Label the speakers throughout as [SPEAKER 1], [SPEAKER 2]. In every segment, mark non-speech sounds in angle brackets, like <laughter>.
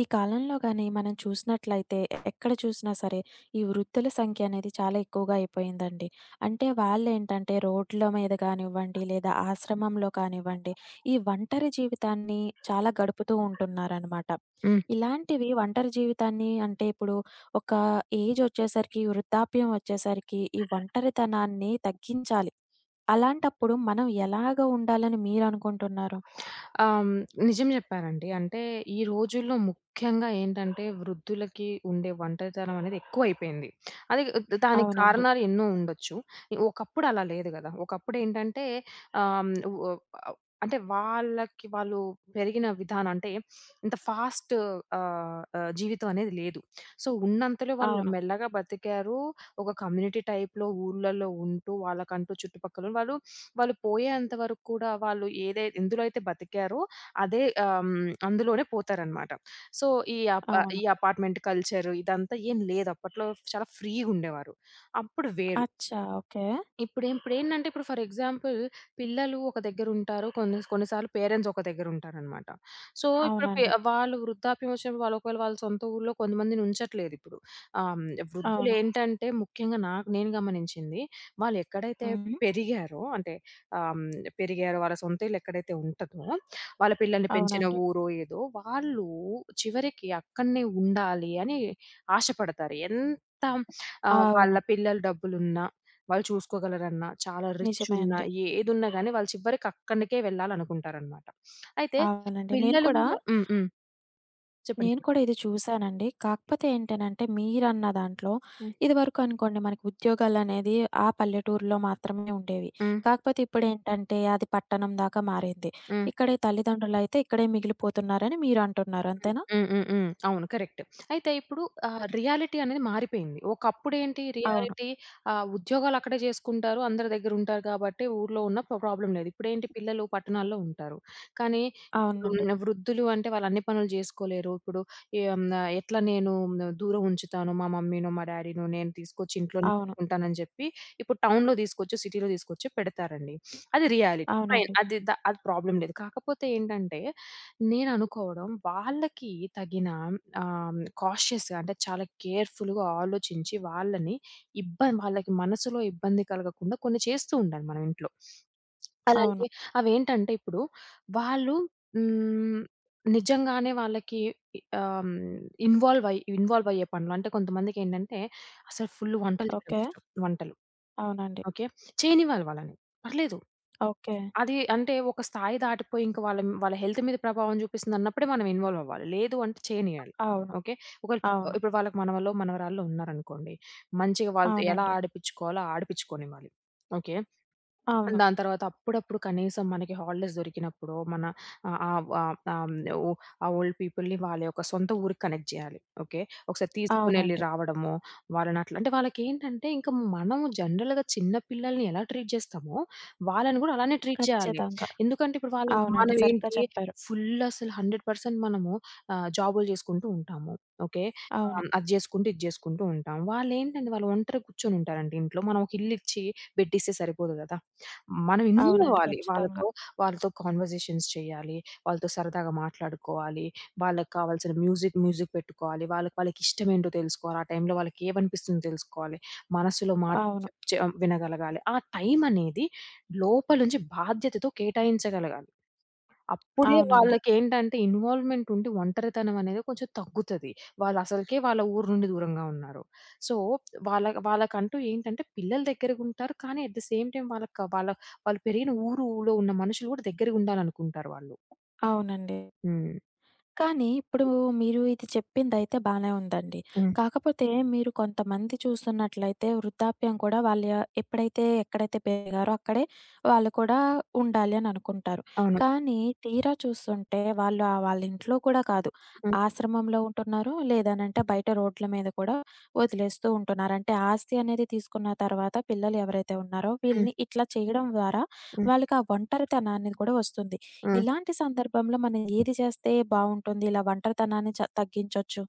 [SPEAKER 1] ఈ కాలంలో గాని మనం చూసినట్లయితే ఎక్కడ చూసినా సరే ఈ వృద్ధుల సంఖ్య అనేది చాలా ఎక్కువగా అయిపోయిందండి. అంటే వాళ్ళేంటంటే రోడ్ల మీద కానివ్వండి, లేదా ఆశ్రమంలో కానివ్వండి, ఈ ఒంటరి జీవితాన్ని చాలా గడుపుతూ ఉంటున్నారనమాట.
[SPEAKER 2] హ్మ్.
[SPEAKER 1] ఇలాంటివి ఒంటరి జీవితాన్ని అంటే ఇప్పుడు ఒక ఏజ్ వచ్చేసరికి, వృద్ధాప్యం వచ్చేసరికి ఈ ఒంటరితనాన్ని తగ్గించాలి. అలాంటప్పుడు మనం ఎలాగా ఉండాలని మీరనుకుంటున్నారు?
[SPEAKER 2] ఆహ్, నిజం జెప్పారండి. అంటే ఈ రోజుల్లో ముఖ్యంగా ఏంటంటే వృద్ధులకి ఉండే ఒంటరితనం అనేది ఎక్కువైపోయింది. అది దానికి
[SPEAKER 1] అవునండి.
[SPEAKER 2] కారణాలు ఎన్నో ఉండొచ్చు. ఒకప్పుడు అలా లేదు గదా! ఒకప్పుడు ఏంటంటే ఆహ్, వ అంటే వాళ్ళకి వాళ్ళు పెరిగిన విధానం అంటే ఇంత ఫాస్ట్ ఆహ్, ఆహ్, జీవితం అనేది లేదు. సో, ఉన్నంతలో వాళ్ళు
[SPEAKER 1] అవును.
[SPEAKER 2] మెల్లగా బతికారు. ఒక కమ్యూనిటీ టైప్‌లో ఊర్లలో ఉంటూ వాళ్ళకంటూ చుట్టుపక్కల వాళ్ళు వాళ్ళు పోయేంత వరకు కూడా వాళ్ళు ఏదై ఎందులో అయితే బతికారో అదే అందులోనే పోతారనమాట. సో,
[SPEAKER 1] అవును.
[SPEAKER 2] ఈ అపార్ట్‌మెంట్ కల్చర్ ఇదంతా ఏం లేదు అప్పట్లో. చాలా ఫ్రీగుండేవారు. అప్పుడు వేరు.
[SPEAKER 1] అచ్చా! ఓకే.
[SPEAKER 2] ఇప్పుడేంటంటే ఇప్పుడు ఫర్ ఎగ్జాంపుల్ పిల్లలు ఒక దగ్గరుంటారు. కొన్ని కొన్నిసార్లు పేరెంట్స్ ఒక దగ్గరుంటారనమాట. సో, ఇప్పుడు పె
[SPEAKER 1] అవునండి.
[SPEAKER 2] వాళ్ళు వృద్ధాప్యం వచ్చినప్పుడు వాళ్ళు ఒకవేళ వాళ్ళ సొంత ఊర్లో కొంతమందిని ఉంచట్లేదిప్పుడు. ఆహ్, హ్మ్.
[SPEAKER 1] అవును.
[SPEAKER 2] వృద్ధులేంటంటే ముఖ్యంగా నాకు నేను గమనించింది వాళ్ళు ఎక్కడైతే
[SPEAKER 1] హ్మ్.
[SPEAKER 2] పెరిగారో అంటే ఆహ్, హ్మ్. పెరిగారో వాళ్ళ సొంత ఇల్లు ఎక్కడైతే ఉంటదో వాళ్ళ పిల్లల్ని పెంచిన
[SPEAKER 1] అవునండి.
[SPEAKER 2] ఊరో ఏదో వాళ్ళు చివరికి అక్కడనే ఉండాలి అని ఆశపడతారు. ఎంత వాళ్ళ
[SPEAKER 1] అవును.
[SPEAKER 2] పిల్లలు డబ్బులున్నా వాళ్ళు చూసుకోగలరన్న, చాలా రిచ్
[SPEAKER 1] నిజమే
[SPEAKER 2] ఉన్నా,
[SPEAKER 1] అండి.
[SPEAKER 2] ఏదున్నా గాని వాళ్ళు చివరికి అక్కడికే వెళ్ళాలనుకుంటారనమాట. అయితే
[SPEAKER 1] అవునండి. నేను
[SPEAKER 2] పిల్లలు
[SPEAKER 1] కూడా,
[SPEAKER 2] గూడా హ్మ్. హ్మ్. చెప్పండి. చెప్పండి.
[SPEAKER 1] నేను కూడా ఇది చూసానండి. కాకపోతే ఏంటనంటే మీరన్న దాంట్లో
[SPEAKER 2] హ్మ్.
[SPEAKER 1] ఇదివరకు అనుకోండి మనకి ఉద్యోగాలనేది ఆ పల్లెటూరులో మాత్రమే ఉండేవి.
[SPEAKER 2] హ్మ్.
[SPEAKER 1] కాకపోతే ఇప్పుడేంటంటే అది పట్టణం దాకా మారింది.
[SPEAKER 2] హ్మ్.
[SPEAKER 1] ఇక్కడే తల్లిదండ్రులైతే ఇక్కడే మిగిలిపోతున్నారని మీరంటున్నారు. అంతేనా?
[SPEAKER 2] హ్మ్. హ్మ్. హ్మ్. అవును. కరెక్ట్. అయితే ఇప్పుడు రియాలిటీ అనేది మారిపోయింది. ఒకప్పుడేంటి
[SPEAKER 1] అవును.
[SPEAKER 2] రియాలిటీ ఉద్యోగాలక్కడే జేసుకుంటారు. అందరి దగ్గరుంటారు కాబట్టి ఊర్లో ఉన్న ప్రాబ్లమ్ లేదు. ఇప్పుడేంటి పిల్లలు పట్టణాల్లో ఉంటారు. కానీ ఇప్పుడు
[SPEAKER 1] అవునండి.
[SPEAKER 2] వృద్ధులు అంటే వాళ్ళన్ని పనులు జేసుకోలేరు. ఇప్పుడు ఎట్లా నేను దూరం ఉంచుతాను మా మమ్మీనో, మా డ్యాడీనో నేను తీసుకొచ్చి ఇంట్లోనే
[SPEAKER 1] అవును.
[SPEAKER 2] పెట్టుకుంటానని జెప్పి ఇప్పుడు టౌన్‌లో తీసుకొచ్చి, సిటీలో తీసుకొచ్చి పెడతారండి. అది రియాలిటీ. ఫైన్.
[SPEAKER 1] అవునండి.
[SPEAKER 2] అది ప్రాబ్లమ్ లేదు. కాకపోతే ఏంటంటే నేననుకోవడం వాళ్ళకి తగిన కాషియస్‌గా అంటే చాలా కేర్‌ఫుల్‌గా ఆలోచించి వాళ్ళని వాళ్ళకి మనసులో ఇబ్బంది కలగకుండా కొన్ని చేస్తూ ఉండాలి మనం ఇంట్లో.
[SPEAKER 1] అవును.
[SPEAKER 2] అలాంటి అవేంటంటే ఇప్పుడు వాళ్ళు హ్మ్. నిజంగానే వాళ్ళకి ఇ ఆహ్, ఇన్వాల్వ్ అయ్యే పనులు అంటే కొంతమందికేంటంటే అసలు ఫుల్ వంటలు చేయడం
[SPEAKER 1] ఓకే.
[SPEAKER 2] ఇష్టం. వంటలు
[SPEAKER 1] అవునండి.
[SPEAKER 2] ఓకే. చేయనివ్వాలి వాళ్ళని. పర్లేదు.
[SPEAKER 1] ఓకే.
[SPEAKER 2] అది అంటే ఒక స్థాయి దాటిపోయి ఇంక వాళ్ళ వాళ్ళ హెల్త్ మీద ప్రభావం చూపిస్తుందన్నప్పుడే మనం ఇన్వాల్వ్ అవ్వాలి. లేదు అంటే చేయనియాలి.
[SPEAKER 1] అవును.
[SPEAKER 2] ఓకే. ఒకవేళ
[SPEAKER 1] అవును.
[SPEAKER 2] ఇప్పుడు వాళ్ళకి మనవలో, మనవరాళ్ళు ఉన్నారనుకోండి. మంచిగా వాళ్ళతో ఎలా
[SPEAKER 1] అవునండి.
[SPEAKER 2] ఆడిపిచ్చుకోవాలో ఆడిపిచ్చుకోనివ్వాలి. ఓకే.
[SPEAKER 1] అవును.
[SPEAKER 2] దాని తర్వాత అప్పుడప్పుడు కనీసం మనకి హాలిడేస్ దొరికినప్పుడో, మన ఆహ్, ఆహ్, ఆహ్, ఆహ్, ఓ ఆ ఓల్డ్ పీపుల్‌ని వాళ్ళ యొక్క సొంత ఊరికి కనెక్ట్ జేయాలి. ఓకే. ఒకసారి తీసుకొనెళ్ళి
[SPEAKER 1] అవునండి.
[SPEAKER 2] రావడము, వాళ్ళని అట్లా అంటే వాళ్ళకేంటంటే ఇంక మనము జనరల్‌గా చిన్న పిల్లల్ని ఎలా ట్రీట్ జేస్తామో, వాళ్ళని గూడా అలానే ట్రీట్ జేయాలి.
[SPEAKER 1] ఖచ్చితంగా.
[SPEAKER 2] ఎందుకంటే ఇప్పుడు వాళ్ళు
[SPEAKER 1] అవునండి.
[SPEAKER 2] మనం
[SPEAKER 1] సరిగ్గా
[SPEAKER 2] ఏంటి
[SPEAKER 1] చెప్పారు.
[SPEAKER 2] ఫుల్ అసలు 100% మనము జాబులు జేసుకుంటూ ఉంటాము. ఓకే.
[SPEAKER 1] అవును.
[SPEAKER 2] అది జేసుకుంటూ, ఇది జేసుకుంటూ ఉంటాం. వాళ్ళేంటంటే వాళ్ళు ఒంటరిగా కూర్చొని ఉంటారండి ఇంట్లో. మనం ఒక ఇల్లిచ్చి బెడ్డిస్తే సరిపోదు గదా! మనం ఇన్వాల్వ్
[SPEAKER 1] అవునండి.
[SPEAKER 2] అవ్వాలి.
[SPEAKER 1] ఖచ్చితంగా.
[SPEAKER 2] వాళ్ళతో కాన్వర్జేషన్స్ చేయాలి. వాళ్ళతో సరదాగా మాట్లాడుకోవాలి. వాళ్ళకి కావాల్సిన మ్యూజిక్ పెట్టుకోవాలి. వాళ్ళకిష్టమేంటో తెలుసుకోవాలి. ఆ టైంలో వాళ్ళకి ఏమనిపిస్తుందో తెలుసుకోవాలి. మనసులో మాట
[SPEAKER 1] అవును.
[SPEAKER 2] చెప్ చె వినగలగాలి. ఆ టైం అనేది లోపల నుంచి బాధ్యతతో కేటాయించగలగాలి. అప్పుడే
[SPEAKER 1] అవునండి.
[SPEAKER 2] వాళ్ళకేంటంటే ఇన్వాల్వ్‌మెంట్ ఉండి ఒంటరితనం అనేది కొంచెం తగ్గుతది. వాళ్ళు అసలకే వాళ్ళ ఊరు నుండి దూరంగా ఉన్నారు. సో, వాళ్ళకంటూ ఏంటంటే పిల్లలు దగ్గరగుంటారు. కానీ అట్ ద సేమ్ టైమ్ వాళ్ళకి వాళ్ళు పెరిగిన ఊరులో ఉన్న మనుషులు కూడా దగ్గరగుండాలనుకుంటారు వాళ్ళు.
[SPEAKER 1] అవునండి.
[SPEAKER 2] హ్మ్.
[SPEAKER 1] కానీ ఇప్పుడు మీరు ఇది చెప్పిందయితే బానే ఉందండి.
[SPEAKER 2] హ్మ్.
[SPEAKER 1] కాకపోతే మీరు కొంతమంది చూస్తున్నట్లయితే వృద్ధాప్యం కూడా వాళ్ళ ఎప్పుడైతే ఎక్కడైతే పెరిగారో అక్కడే వాళ్ళు కూడా ఉండాలి అని అనుకుంటారు.
[SPEAKER 2] అవును.
[SPEAKER 1] కానీ తీరా చూస్తుంటే వాళ్ళు ఆ వాళ్ళ ఇంట్లో కూడా కాదు.
[SPEAKER 2] హ్మ్.
[SPEAKER 1] ఆశ్రమంలో ఉంటున్నారు. లేదనంటే బయట రోడ్ల మీద కూడా వదిలేస్తూ ఉంటున్నారు. అంటే ఆస్తి అనేది తీసుకున్న తర్వాత పిల్లలు ఎవరైతే ఉన్నారో
[SPEAKER 2] హ్మ్.
[SPEAKER 1] వీళ్ళని ఇట్లా చేయడం ద్వారా
[SPEAKER 2] హ్మ్.
[SPEAKER 1] వాళ్ళకి ఆ ఒంటరితనాన్ని కూడా వస్తుంది.
[SPEAKER 2] హ్మ్.
[SPEAKER 1] ఇలాంటి సందర్భంలో మనం ఏది చేస్తే బావుంటుంది? ఇలా ఒంటరితనాన్ని తగ్గించొచ్చు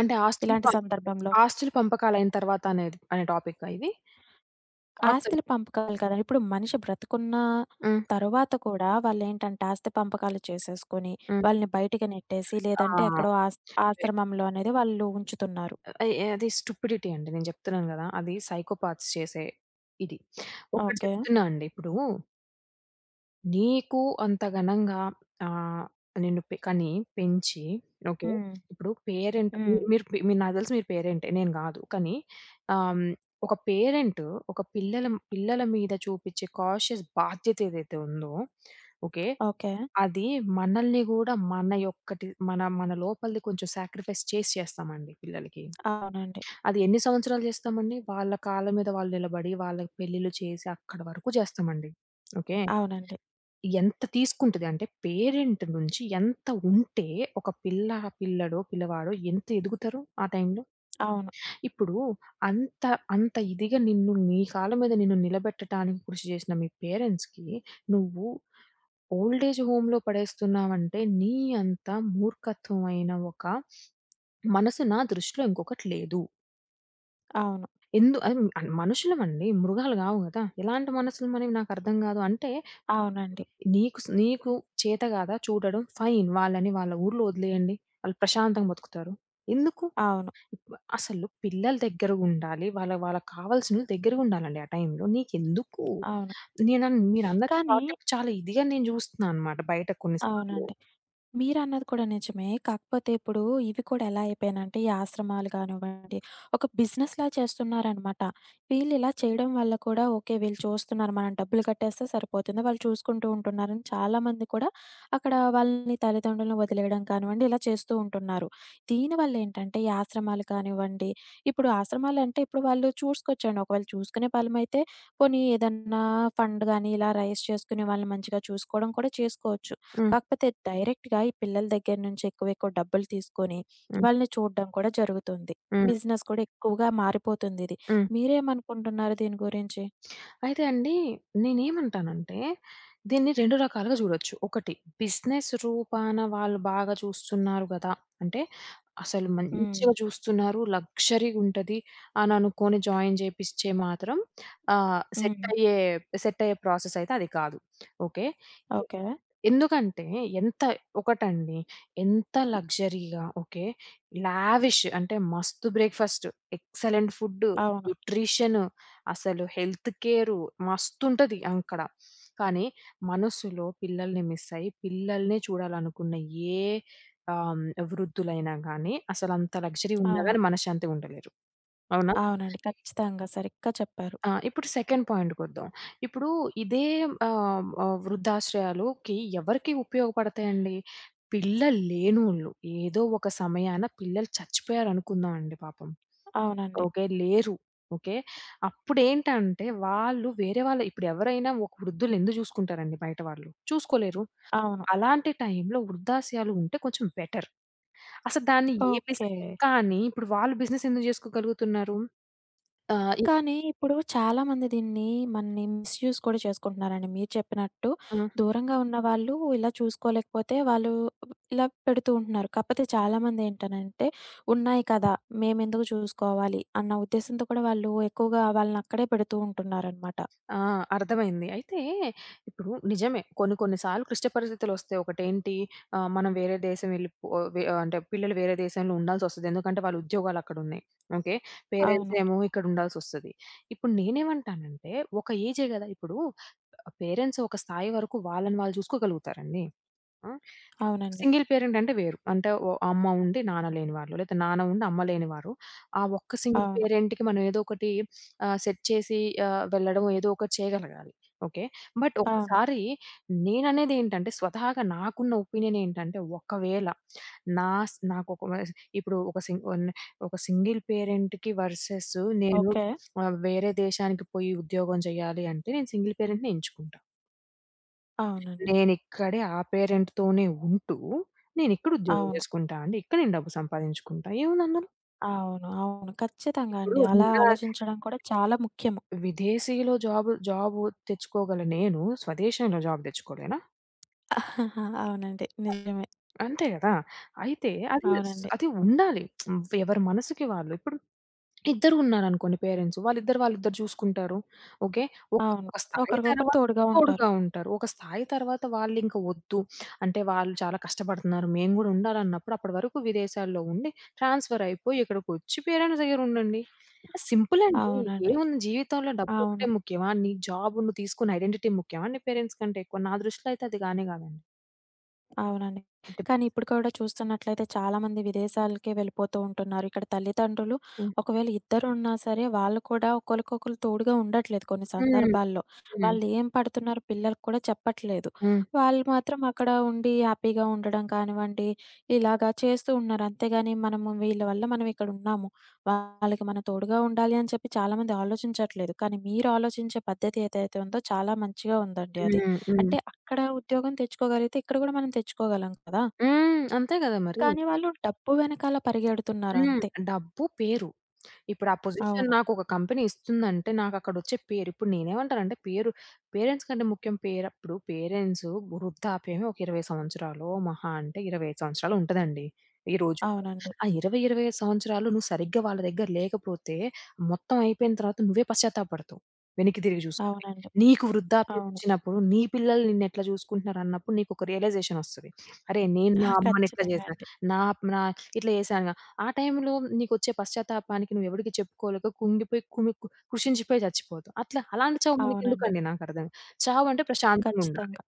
[SPEAKER 2] అంటే ఆస్తులు
[SPEAKER 1] ఇలాంటి
[SPEAKER 2] పం
[SPEAKER 1] సందర్భంలో?
[SPEAKER 2] ఆస్తులు పంపకాలయిన తర్వాత అనేది అనే టాపికా ఇది? ఆస్తులు.
[SPEAKER 1] ఆస్తుల పంపకాలు కదండీ! ఇప్పుడు మనిషి బ్రతికున్న
[SPEAKER 2] హ్మ్.
[SPEAKER 1] తరువాత కూడా వాళ్ళేంటంటే ఆస్తి పంపకాలు చేసేసుకొని,
[SPEAKER 2] హ్మ్.
[SPEAKER 1] వాళ్ళని బయటికి నెట్టేసి లేదంటే
[SPEAKER 2] ఆ!
[SPEAKER 1] ఎక్కడో ఆశ్రమంలో అనేది వాళ్ళు ఉంచుతున్నారు.
[SPEAKER 2] అయ్ అది స్టూపిడిటీ అండి. నేను చెప్తున్నాను గదా! అది సైకోపాత్స్ చేసే ఇది. ఒకటి
[SPEAKER 1] ఓకే.
[SPEAKER 2] చెప్తున్నా అండి. ఇప్పుడు నీకు అంత ఘనంగా ఆహ్, నిన్ను పె కని, పెంచి ఓకే.
[SPEAKER 1] హ్మ్.
[SPEAKER 2] ఇప్పుడు పేరెంట్ మీ
[SPEAKER 1] హ్మ్.
[SPEAKER 2] మీరు పే నాకు తెలిసి మీరు పేరెంటే. నేను గాదు. కానీ ఆహ్, ఒక పేరెంట్ ఒక పిల్లల పిల్లల మీద చూపించే కాషియస్ బాధ్యత ఏదైతే ఉందో ఓకే.
[SPEAKER 1] ఓకే.
[SPEAKER 2] అది మనల్ని గూడా మన యొక్కటి మన మన లోపలిది కొంచెం సాక్రిఫైస్ చేస్తామండి పిల్లలకి.
[SPEAKER 1] అవునండి.
[SPEAKER 2] అది ఎన్ని సంవత్సరాలు చేస్తామండి? వాళ్ళ కాళ్ళ మీద వాళ్ళు నిలబడి, వాళ్ళకి పెళ్ళిళ్ళు చేసి అక్కడి వరకు చేస్తామండి. ఓకే.
[SPEAKER 1] అవునండి.
[SPEAKER 2] ఎంత తీసుకుంటది అంటే పేరెంట్ నుంచి ఎంత ఉంటే ఒక పిల్ల, పిల్లడో, పిల్లవాడో ఎంత ఎదుగుతారు ఆ టైంలో?
[SPEAKER 1] అవును.
[SPEAKER 2] ఇప్పుడు అంత అంత ఇదిగా నీ కాళ్ళ మీద నిన్ను నిలబెట్టటానికి కృషి చేసిన మీ పేరెంట్స్‌కి నువ్వు ఓల్డ్ ఏజ్ హోమ్‌లో పడేస్తున్నావంటే నీ అంత మూర్ఖత్వమైన ఒక మనసు నా దృష్టిలో ఇంకొకటి లేదు.
[SPEAKER 1] అవును.
[SPEAKER 2] అది మనుషులమండి. మృగాలు గావు గదా! ఎలాంటి మనసులు మనవి నాకర్థం గాదు. అంటే
[SPEAKER 1] అవునండి.
[SPEAKER 2] నీకు చేత గాదా చూడడం ఫైన్. వాళ్ళని వాళ్ళ ఊర్లో వదిలేయండి. వాళ్ళు ప్రశాంతంగా బతుకుతారు. ఎందుకు?
[SPEAKER 1] అవును.
[SPEAKER 2] ఇప్ అసలు పిల్లలు దగ్గరగుండాలి. వాళ్ళకి కావాల్సినోళ్ళు దగ్గరగుండాలండి ఆ టైంలో. నీకెందుకు?
[SPEAKER 1] అవును.
[SPEAKER 2] మీరన్నది
[SPEAKER 1] కానీ
[SPEAKER 2] షార్ట్ ట్రిప్ చాలా ఇదిగా నేను జూస్తున్నాననమాట బయట కొన్ని సార్లు.
[SPEAKER 1] అవునండి. మీరన్నది కూడా నిజమే. కాకపోతే ఇప్పుడు ఇవి కూడా ఎలా అయిపోయినంటే ఈ ఆశ్రమాలు కానివ్వండి, ఒక బిజినెస్‌లా చేస్తున్నారనమాట. వీళ్ళిలా చేయడం వల్ల కూడా ఓకే. వీళ్ళు చూస్తున్నారు మనం డబ్బులు కట్టేస్తే సరిపోతుంది. వాళ్ళు చూసుకుంటూ ఉంటున్నారని చాలామంది కూడా అక్కడ వాళ్ళని తల్లిదండ్రులను వదిలేయడం కానివ్వండి, ఇలా చేస్తూ ఉంటున్నారు. దీనివల్ల ఏంటంటే ఈ ఆశ్రమాలు కానివ్వండి, ఇప్పుడు ఆశ్రమాలంటే ఇప్పుడు వాళ్ళు చూసుకోవచ్చండి. ఒకవేళ చూసుకునే బలమైతే పోనీ ఏదన్నా ఫండ్ గాని ఇలా రైజ్ చేసుకుని వాళ్ళని మంచిగా చూసుకోవడం కూడా చేసుకోవచ్చు.
[SPEAKER 2] హ్మ్.
[SPEAKER 1] కాకపోతే డైరెక్ట్‌గా ఈ పిల్లల దగ్గర నుంచి ఎక్కువ, ఎక్కువ డబ్బులు తీసుకొని
[SPEAKER 2] హ్మ్.
[SPEAKER 1] వాళ్ళని చూడడం కూడా జరుగుతుంది.
[SPEAKER 2] హ్మ్.
[SPEAKER 1] బిజినెస్ కూడా ఎక్కువగా మారిపోతుందిది.
[SPEAKER 2] హ్మ్.
[SPEAKER 1] మీరేమనుకుంటున్నారు దీని గురించి?
[SPEAKER 2] అయితే అండి నేనేమంటానంటే, దీన్ని 2 రకాలుగా జూడొచ్చు. ఒకటి బిజినెస్ రూపాన వాళ్ళు బాగా చూస్తున్నారు గదా! అంటే అసలు
[SPEAKER 1] హ్మ్.
[SPEAKER 2] మంచిగా చూస్తున్నారు, లగ్జరీగుంటది అని అనుకోని జాయిన్ జేపిస్తే మాత్రం ఆహ్,
[SPEAKER 1] హ్మ్.
[SPEAKER 2] సెట్టయ్యే సెట్టయ్యే ప్రాసెస్ అయితే అది కాదు. ఓకే.
[SPEAKER 1] ఓకే.
[SPEAKER 2] ఎందుకంటే ఎంత ఒకటండి, ఎంత లగ్జరీగా ఓకే. లావిష్ అంటే మస్తు బ్రేక్‌ఫాస్ట్, ఎక్సలెంట్ ఫుడ్,
[SPEAKER 1] అవును.
[SPEAKER 2] న్యూట్రిషన్ అసలు హెల్త్ కేరు మస్తుంటది అక్కడ. కానీ మనసులో పిల్లల్ని మిస్ అయ్యి, పిల్లల్నే చూడాలనుకున్న ఏ ఆహ్, వృద్ధులైనా గానీ అసలంత లగ్జరీ ఉన్నా
[SPEAKER 1] అవును.
[SPEAKER 2] గానీ మనశ్శాంతిగా ఉండలేరు. అవునా?
[SPEAKER 1] అవునండి. ఖచ్చితంగా. సరిగ్గా చెప్పారు.
[SPEAKER 2] ఆ! ఇప్పుడు సెకండ్ పాయింట్‌కొద్దాం. ఇప్పుడు ఇదే ఆహ్, ఆహ్, వృద్ధాశ్రయాలుకి ఎవరికి ఉపయోగపడతాయండి? పిల్లలు లేనోళ్ళు. ఏదో ఒక సమయాన పిల్లలు చచ్చిపోయారనుకుందాం అండి పాపం.
[SPEAKER 1] అవునండి.
[SPEAKER 2] ఓకే. లేరు. ఓకే. అప్పుడేంటంటే వాళ్ళు వేరే వాళ్ళ ఇప్పుడు ఎవరైనా ఒక వృద్ధుల్ని ఎందుకు చూసుకుంటారండి బయట వాళ్ళు? చూసుకోలేరు.
[SPEAKER 1] అవును.
[SPEAKER 2] అలాంటి టైంలో వృద్ధాశ్రయాలు ఉంటే కొంచెం బెటర్. అసలు దాన్ని ఏ
[SPEAKER 1] ఓకే.
[SPEAKER 2] బిజినెస్ కానీ ఇప్పుడు వాళ్ళు బిజినెస్ ఎందుకు జేసుకోగలుగుతున్నారు? ఆహ్, ఇ
[SPEAKER 1] కానీ ఇప్పుడు చాలామంది దీన్ని మిస్‌యూజ్ కూడా చేసుకుంటున్నారండి. మీరు చెప్పినట్టు
[SPEAKER 2] ఆ!
[SPEAKER 1] దూరంగా ఉన్నవాళ్ళు ఇలా చూసుకోలేకపోతే వాళ్ళు ఇలా పెడుతూ ఉంటున్నారు. కాకపోతే చాలామంది ఏంటనంటే, ఉన్నాయి కదా! మేమెందుకు చూసుకోవాలి అన్న ఉద్దేశంతో కూడా వాళ్ళు ఎక్కువగా వాళ్ళనక్కడే పెడుతూ ఉంటున్నారనమాట.
[SPEAKER 2] ఆ! అర్థమైంది. అయితే ఇప్పుడు నిజమే కొన్ని కొన్ని సార్లు క్లిష్ట పరిస్థితులొస్తాయి. ఒకటేంటి ఆహ్, మనం వేరే దేశం వెళ్ళిపో వె అంటే పిల్లలు వేరే దేశంలో ఉండాల్సొస్తది. ఎందుకంటే వాళ్ళ ఉద్యోగాలక్కడున్నాయి. ఓకే. పేరెంట్స్
[SPEAKER 1] అవును.
[SPEAKER 2] ఏమో ఇక్కడ ఉండాల్సొస్తది. ఇప్పుడు నేనేమంటానంటే ఒక ఏజే గదా! ఇప్పుడు పేరెంట్స్ ఒక స్థాయి వరకు వాళ్ళని వాళ్ళు చూసుకోగలుగుతారండి. ఆ!
[SPEAKER 1] అవునండి.
[SPEAKER 2] సింగిల్ పేరెంట్ అంటే వేరు. అంటే ఓ అమ్మ ఉండి నాన్న లేని వాళ్ళు. లేదా నాన్న ఉండి అమ్మ లేని వారు. ఆ ఒక్క సింగిల్
[SPEAKER 1] అవును.
[SPEAKER 2] పేరెంట్‌కి మనం ఏదో ఒకటి సెట్ చేసి వెళ్ళడం ఏదో ఒకటి చేయగలగాలి. ఓకే. బట్
[SPEAKER 1] అవును.
[SPEAKER 2] ఒక్కసారి నేననేది ఏంటంటే స్వతహాగా నాకున్న ఒపీనియన్ ఏంటంటే ఒకవేళ నా స్ నాకొక వయస్ ఇప్పుడు ఒక సింగ్ ఒన్ ఒక సింగిల్ పేరెంట్‌కి వర్సెస్ నేను
[SPEAKER 1] ఓకే.
[SPEAKER 2] వేరే దేశానికి పోయి ఉద్యోగం చేయాలి అంటే నేను సింగిల్ పేరెంట్‌ని ఎంచుకుంటా.
[SPEAKER 1] అవునండి.
[SPEAKER 2] నేనిక్కడే ఆ పేరెంట్‌తోనే ఉంటూ, నేనిక్కడ ఉద్యోగం
[SPEAKER 1] అవును.
[SPEAKER 2] చేసుకుంటా అండి. ఇక్కడ నేను డబ్బు సంపాదించుకుంటా. ఏముంది అందులో?
[SPEAKER 1] అవును. అవును. ఖచ్చితంగా
[SPEAKER 2] ఇప్పుడు
[SPEAKER 1] అండి. అలా
[SPEAKER 2] ఇంకా
[SPEAKER 1] ఆలోచించడం కూడా చాలా ముఖ్యము.
[SPEAKER 2] విదేశీలో జాబు జాబు తెచ్చుకోగల నేను, స్వదేశంలో జాబ్ తెచ్చుకోలేనా?
[SPEAKER 1] <laughs> అవునండి. నిజమే.
[SPEAKER 2] అంతే కదా! అయితే
[SPEAKER 1] అవునండి.
[SPEAKER 2] అది ఉండాలి. ఎవరి మనసుకి వాళ్ళు ఇప్పుడు ఇద్దరు ఉన్నారనుకోండి పేరెంట్స్. వాళ్ళిద్దరు వాళ్ళిద్దరు చూసుకుంటారు. ఓకే. ఒక
[SPEAKER 1] అవును.
[SPEAKER 2] ఒక స్థాయి
[SPEAKER 1] ఒకరికొకరు
[SPEAKER 2] తర్వాత
[SPEAKER 1] తోడుగా ఉంటారు.
[SPEAKER 2] తోడుగా ఉంటారు. ఒక స్థాయి తర్వాత వాళ్ళింక వద్దు. అంటే వాళ్ళు చాలా కష్టపడుతున్నారు. మేము గూడా ఉండాలన్నప్పుడు అప్పటి వరకు విదేశాల్లో ఉండి ట్రాన్స్‌ఫర్ అయిపోయి ఇక్కడికొచ్చి పేరెంట్స్ దగ్గర ఉండండి. సింపుల్ అండి.
[SPEAKER 1] అవునండి.
[SPEAKER 2] ఏముంది జీవితంలో
[SPEAKER 1] అవును.
[SPEAKER 2] డబ్బొకటే ముఖ్యమా? నీ జాబ్ నువ్వు తీసుకున్న ఐడెంటిటీ ముఖ్యమా నీ పేరెంట్స్ కంటే ఎక్కువ? నా దృష్టిలో అయితే అది కానే కాదండి.
[SPEAKER 1] అవునండి.
[SPEAKER 2] ఎట్టి పరిస్థితిలో.
[SPEAKER 1] కానీ ఇప్పుడు కూడా చూస్తున్నట్లయితే చాలామంది విదేశాలకే వెళ్ళిపోతూ ఉంటున్నారు. ఇక్కడ తల్లిదండ్రులు ఒకవేళ ఇద్దరున్నా సరే వాళ్ళు కూడా ఒకళ్ళకొకళ్ళు తోడుగా ఉండట్లేదు కొన్ని
[SPEAKER 2] హ్మ్.
[SPEAKER 1] సందర్భాల్లో.
[SPEAKER 2] హ్మ్.
[SPEAKER 1] వాళ్ళు ఏం పడుతున్నారో పిల్లలకి కూడా చెప్పట్లేదు.
[SPEAKER 2] హ్మ్.
[SPEAKER 1] వాళ్ళు మాత్రం అక్కడ ఉండి హ్యాపీగా ఉండడం కానివ్వండి, ఇలాగా చేస్తూ ఉన్నారు. అంతేగాని మనము వీళ్ళ వల్ల మనం ఇక్కడ ఉన్నాము. వాళ్ళకి మనం తోడుగా ఉండాలి అని చెప్పి చాలామంది ఆలోచించట్లేదు. కానీ మీరు ఆలోచించే పద్ధతి ఏదైతే ఉందో చాలా మంచిగా ఉందండి అది.
[SPEAKER 2] హ్మ్. హ్మ్.
[SPEAKER 1] అంటే అక్కడ ఉద్యోగం తెచ్చుకోగలిగితే ఇక్కడ గూడా మనం తెచ్చుకోగలం కదా!
[SPEAKER 2] హ్మ్. అంతే గదా మరి.
[SPEAKER 1] కానీ వాళ్ళు డబ్బు వెనకాల పరిగెడుతున్నారు
[SPEAKER 2] హ్మ్.
[SPEAKER 1] అంతే.
[SPEAKER 2] డబ్బు, పేరు. ఇప్పుడు ఆ పొజిషన్
[SPEAKER 1] అవును.
[SPEAKER 2] నాకొక కంపెనీ ఇస్తుందంటే, నాకక్కడొచ్చే పేరు ఇప్పుడు నేనేమంటానంటే, పేరెంట్స్ కంటే ముఖ్యం పేరప్పుడు పేరెంట్స్ వృద్ధాప్యమే ఒక 20 సంవత్సరాలో, మహా అంటే 25 సంవత్సరాలో ఉంటదండి ఈ రోజుల్లో.
[SPEAKER 1] అవునండి.
[SPEAKER 2] ఆ 20, 25 సంవత్సరాలు నువ్వు సరిగ్గా వాళ్ళ దగ్గర లేకపోతే, మొత్తం అయిపోయిన తర్వాత నువ్వే పశ్చాత్తాపపడతావు. వెనక్కి తిరిగి చూసుకొని.
[SPEAKER 1] అవునండి.
[SPEAKER 2] నీకు వృద్ధాప్యం
[SPEAKER 1] అవును.
[SPEAKER 2] వచ్చినప్పుడు, నీ పిల్లలు నిన్నెట్లా చూసుకుంటున్నారు అన్నప్పుడు నీకొక రియలైజేషన్ ఒస్తది. అరే! నేను మా
[SPEAKER 1] <laughs>
[SPEAKER 2] అమ్మని ఇట్లా
[SPEAKER 1] ఖచ్చితంగా
[SPEAKER 2] చేశా.
[SPEAKER 1] అండి.
[SPEAKER 2] నా నా ఇట్లా చేశాను ఆ టైంలో నీకొచ్చే పశ్చాత్తాపానికి నువ్వెవడికి చెప్పుకోలేక కుంగిపోయి కుమి కు కృషించిపోయి చచ్చిపోతావు. అట్లా అలాంటి చావు
[SPEAKER 1] అవునండి.
[SPEAKER 2] మనకెందుకండి నాకర్థం చావంటే ప్రశాంతంగుండాలి.
[SPEAKER 1] ఖచ్చితంగా.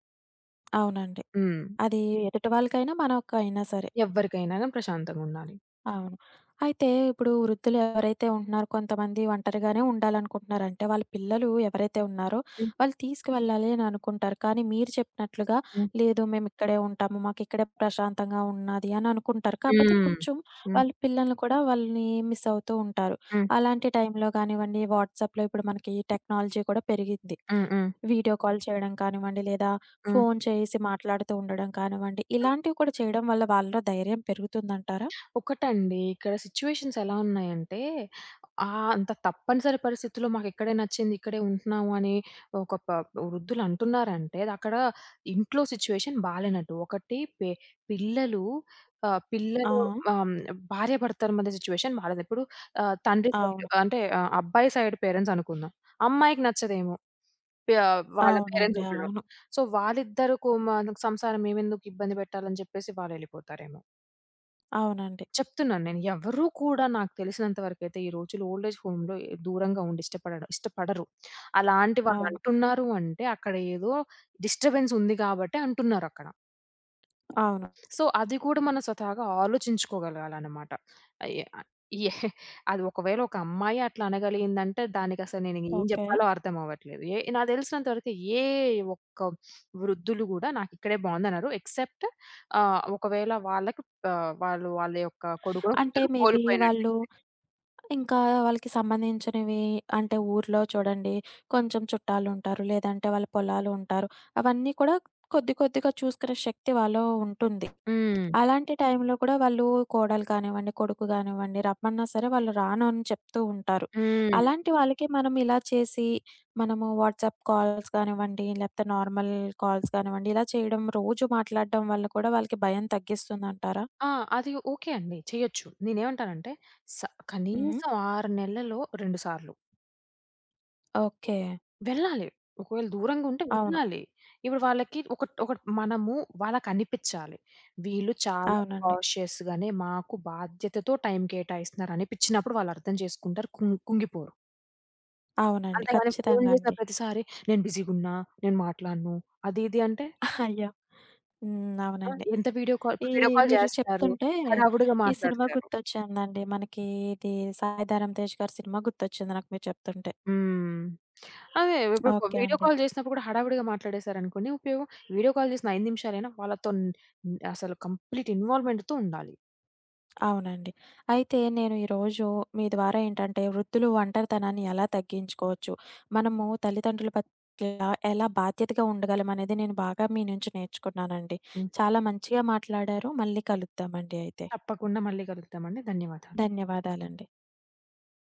[SPEAKER 1] అవునండి.
[SPEAKER 2] హ్మ్.
[SPEAKER 1] అది ఎదుటి వాళ్ళకైనా మనకైనా సరే.
[SPEAKER 2] ఎవ్వరికైనా గాని ప్రశాంతంగుండాలి.
[SPEAKER 1] అవును. అయితే ఇప్పుడు వృద్ధులు ఎవరైతే ఉంటున్నారో కొంతమంది ఒంటరిగానే ఉండాలనుకుంటున్నారు. అంటే వాళ్ళ పిల్లలు ఎవరైతే ఉన్నారో
[SPEAKER 2] హ్మ్.
[SPEAKER 1] వాళ్ళు తీసుకువెళ్ళాలి అని అనుకుంటారు. కానీ మీరు చెప్పినట్లుగా
[SPEAKER 2] హ్మ్.
[SPEAKER 1] లేదు మేమిక్కడే ఉంటాము. మాకిక్కడే ప్రశాంతంగా ఉన్నది అని అనుకుంటారు. కాకపోతే
[SPEAKER 2] హ్మ్.
[SPEAKER 1] కొంచెం
[SPEAKER 2] హ్మ్.
[SPEAKER 1] వాళ్ళ పిల్లల్ని కూడా వాళ్ళని మిస్ అవుతూ ఉంటారు.
[SPEAKER 2] హ్మ్.
[SPEAKER 1] అలాంటి టైంలో కానివ్వండి వాట్సాప్‌లో ఇప్పుడు మనకి టెక్నాలజీ కూడా పెరిగిద్ది.
[SPEAKER 2] హ్మ్. హ్మ్.
[SPEAKER 1] వీడియో కాల్ చేయడం కానివ్వండి లేదా
[SPEAKER 2] హ్మ్.
[SPEAKER 1] ఫోను చేసి మాట్లాడుతూ ఉండడం కానివ్వండి. ఇలాంటివి కూడా చేయడం వల్ల వాళ్ళలో ధైర్యం పెరుగుతుందంటారా?
[SPEAKER 2] ఒకటండి. ఇక్కడ సిట్యుయేషన్స్ ఎలా ఉన్నాయంటే, అంత తప్పనిసరి పరిస్థితుల్లో మాకిక్కడే నచ్చింది, ఇక్కడే ఉంటున్నాము అని ఒక ప వృద్ధులు అంటున్నారంటే, అదక్కడ ఇంట్లో సిట్యుయేషన్ బాలేనట్టు. ఒకటి పె పిల్లలు ఆహ్,
[SPEAKER 1] ఆ!
[SPEAKER 2] పిల్లలు ఆహ్, భార్యాభర్తల మధ్య సిట్యుయేషన్ బాలేదు. ఇప్పుడు ఆహ్, తండ్రి సైడ్
[SPEAKER 1] అవును.
[SPEAKER 2] అంటే ఆహ్, అబ్బాయి సైడ్ పేరెంట్స్ అనుకుందాం. అమ్మాయికి నచ్చదేమో ప వాళ్ళ పేరెంట్స్
[SPEAKER 1] అవునండి.
[SPEAKER 2] ఉండడం.
[SPEAKER 1] అవును.
[SPEAKER 2] సో, వాళ్ళిద్దరు కు మ సంసారం మేమెందుకు ఇబ్బంది పెట్టాలని చెప్పేసి వాళ్ళెళ్ళిపోతారేమో.
[SPEAKER 1] అవునండి.
[SPEAKER 2] చెప్తున్నాను నేను. ఎవరు కూడా నాకు తెలిసినంత వరకైతే ఈ రోజుల్లో ఓల్డ్ ఏజ్ హోమ్‌లో దూరంగా ఉండి ఇష్టపడడం ఇష్టపడరు. అలాంటి
[SPEAKER 1] అవును.
[SPEAKER 2] వాళ్ళంటున్నారు అంటే అక్కడ ఏదో డిస్టర్బెన్స్ ఉంది గాబట్టే అంటున్నారక్కడ.
[SPEAKER 1] అవును.
[SPEAKER 2] సో, అది కూడా మనం స్వతహాగా ఆలోచించుకోగలగాలనమాట. అయ్యే ఆహ్, ఏ అది ఒకవేళ ఒక అమ్మాయి అట్లా అనగలిగిందంటే దానికసలు నేను ఏం
[SPEAKER 1] ఓకే.
[SPEAKER 2] జెప్పాలో అర్థం అవ్వట్లేదు. నాకు తెలిసినంత వరకు ఏ ఒక్క వృద్ధులు గూడా నాకిక్కడే బావుందనరు. ఎక్సెప్ట్ ఒకవేళ వాళ్ళకి వాళ్ళు వాళ్ళ యొక్క కొడుకో,
[SPEAKER 1] అంటే
[SPEAKER 2] కూతురో
[SPEAKER 1] మేబీ
[SPEAKER 2] కోల్పోయినట్టే.
[SPEAKER 1] వాళ్ళు ఇంకా వాళ్ళకి సంబంధించినవి అంటే ఊర్లో చూడండి కొంచెం చుట్టాలుంటారు. లేదంటే వాళ్ళ పొలాలు ఉంటారు. అవన్నీ కూడా కొద్ది కొద్దిగా చూసుకునే శక్తి వాళ్ళలో ఉంటుంది.
[SPEAKER 2] హ్మ్.
[SPEAKER 1] అలాంటి టైంలో కూడా వాళ్ళు కోడలు కానివ్వండి, కొడుకు కానివ్వండి రమ్మన్నా సరే వాళ్ళు రాను అని చెప్తూ ఉంటారు.
[SPEAKER 2] హ్మ్.
[SPEAKER 1] అలాంటి వాళ్ళకి మనం ఇలా చేసి మనము వాట్సాప్ కాల్స్ కానివ్వండి, లేకపోతే నార్మల్ కాల్స్ కానివ్వండి ఇలా చేయడం రోజు మాట్లాడడం వల్ల కూడా వాళ్ళకి భయం తగ్గిస్తుందంటారా?
[SPEAKER 2] ఆ! అది ఓకే అండి. చేయొచ్చు. నేనేమంటానంటే, స
[SPEAKER 1] హ్మ్.
[SPEAKER 2] కనీసం 6 నెలల్లో 2 సార్లు.
[SPEAKER 1] ఓకే.
[SPEAKER 2] వెళ్ళాలి. ఒకవేళ దూరంగా ఉంటే
[SPEAKER 1] అవును.
[SPEAKER 2] వెళ్ళాలి. ఇప్పుడు వాళ్ళకి ఒక ఒక మనము వాళ్ళకనిపిచ్చాలి. వీళ్ళు చాలా
[SPEAKER 1] అవునండి.
[SPEAKER 2] కాషియస్‌గానే మాకు బాధ్యతతో టైం కేటాయిస్తున్నారనిపిచ్చినప్పుడు వాళ్ళు అర్థం చేసుకుంటారు. కుంగిపోరు.
[SPEAKER 1] అవునండి.
[SPEAKER 2] అంతేగాని ఫోను
[SPEAKER 1] ఖచ్చితంగా
[SPEAKER 2] చేసిన
[SPEAKER 1] అండి.
[SPEAKER 2] ప్రతిసారి నేను బిజీగున్నా, నేను మాట్లాడను అది ఇది అంటే,
[SPEAKER 1] అయ్యో! హ్మ్.
[SPEAKER 2] ఆ!
[SPEAKER 1] అవునండి.
[SPEAKER 2] ఎంత వీడియో కాల్
[SPEAKER 1] ఈ
[SPEAKER 2] ఇప్పుడు వీడియో కాల్
[SPEAKER 1] మీరు
[SPEAKER 2] చేస్తారు.
[SPEAKER 1] చెప్తుంటే
[SPEAKER 2] హడావుడిగా
[SPEAKER 1] ఈ సినిమా
[SPEAKER 2] మాట్లాడతారు.
[SPEAKER 1] గుర్తొచ్చిందండి. మనకి ఇది 'సాయి ధరమ్ తేజ్' గారి సినిమా గుర్తొచ్చింది నాకు మీరు చెప్తుంటే.
[SPEAKER 2] హ్మ్. అదే ఇప్పుడు
[SPEAKER 1] ఓకే
[SPEAKER 2] వీడియో
[SPEAKER 1] అండి.
[SPEAKER 2] కాల్ జేసినప్పుడు గూడా హడావిడిగా మాట్లాడేశారనుకోండి, ఉపయోగం వీడియో కాల్ జేసిన 5 నిమిషాలైనా వాళ్ళతో న్ అసలు కంప్లీట్ ఇన్వాల్వ్‌మెంట్‌తో ఉండాలి.
[SPEAKER 1] అవునండి. అయితే నేను ఈరోజు మీ ద్వారా ఏంటంటే వృద్ధులు ఒంటరితనాన్ని ఎలా తగ్గించుకోవచ్చు? మనము తల్లిదండ్రుల పట్ల ఎలా బాధ్యతగా ఉండగలం అనేది నేను బాగా మీ నుంచి నేర్చుకున్నానండి.
[SPEAKER 2] హ్మ్.
[SPEAKER 1] చాలా మంచిగా మాట్లాడారు. మళ్ళీ కలుద్దామండి అయితే.
[SPEAKER 2] తప్పకుండా మళ్ళీ కలుద్దామండి. ధన్యవాదాలు.
[SPEAKER 1] ధన్యవాదాలండి.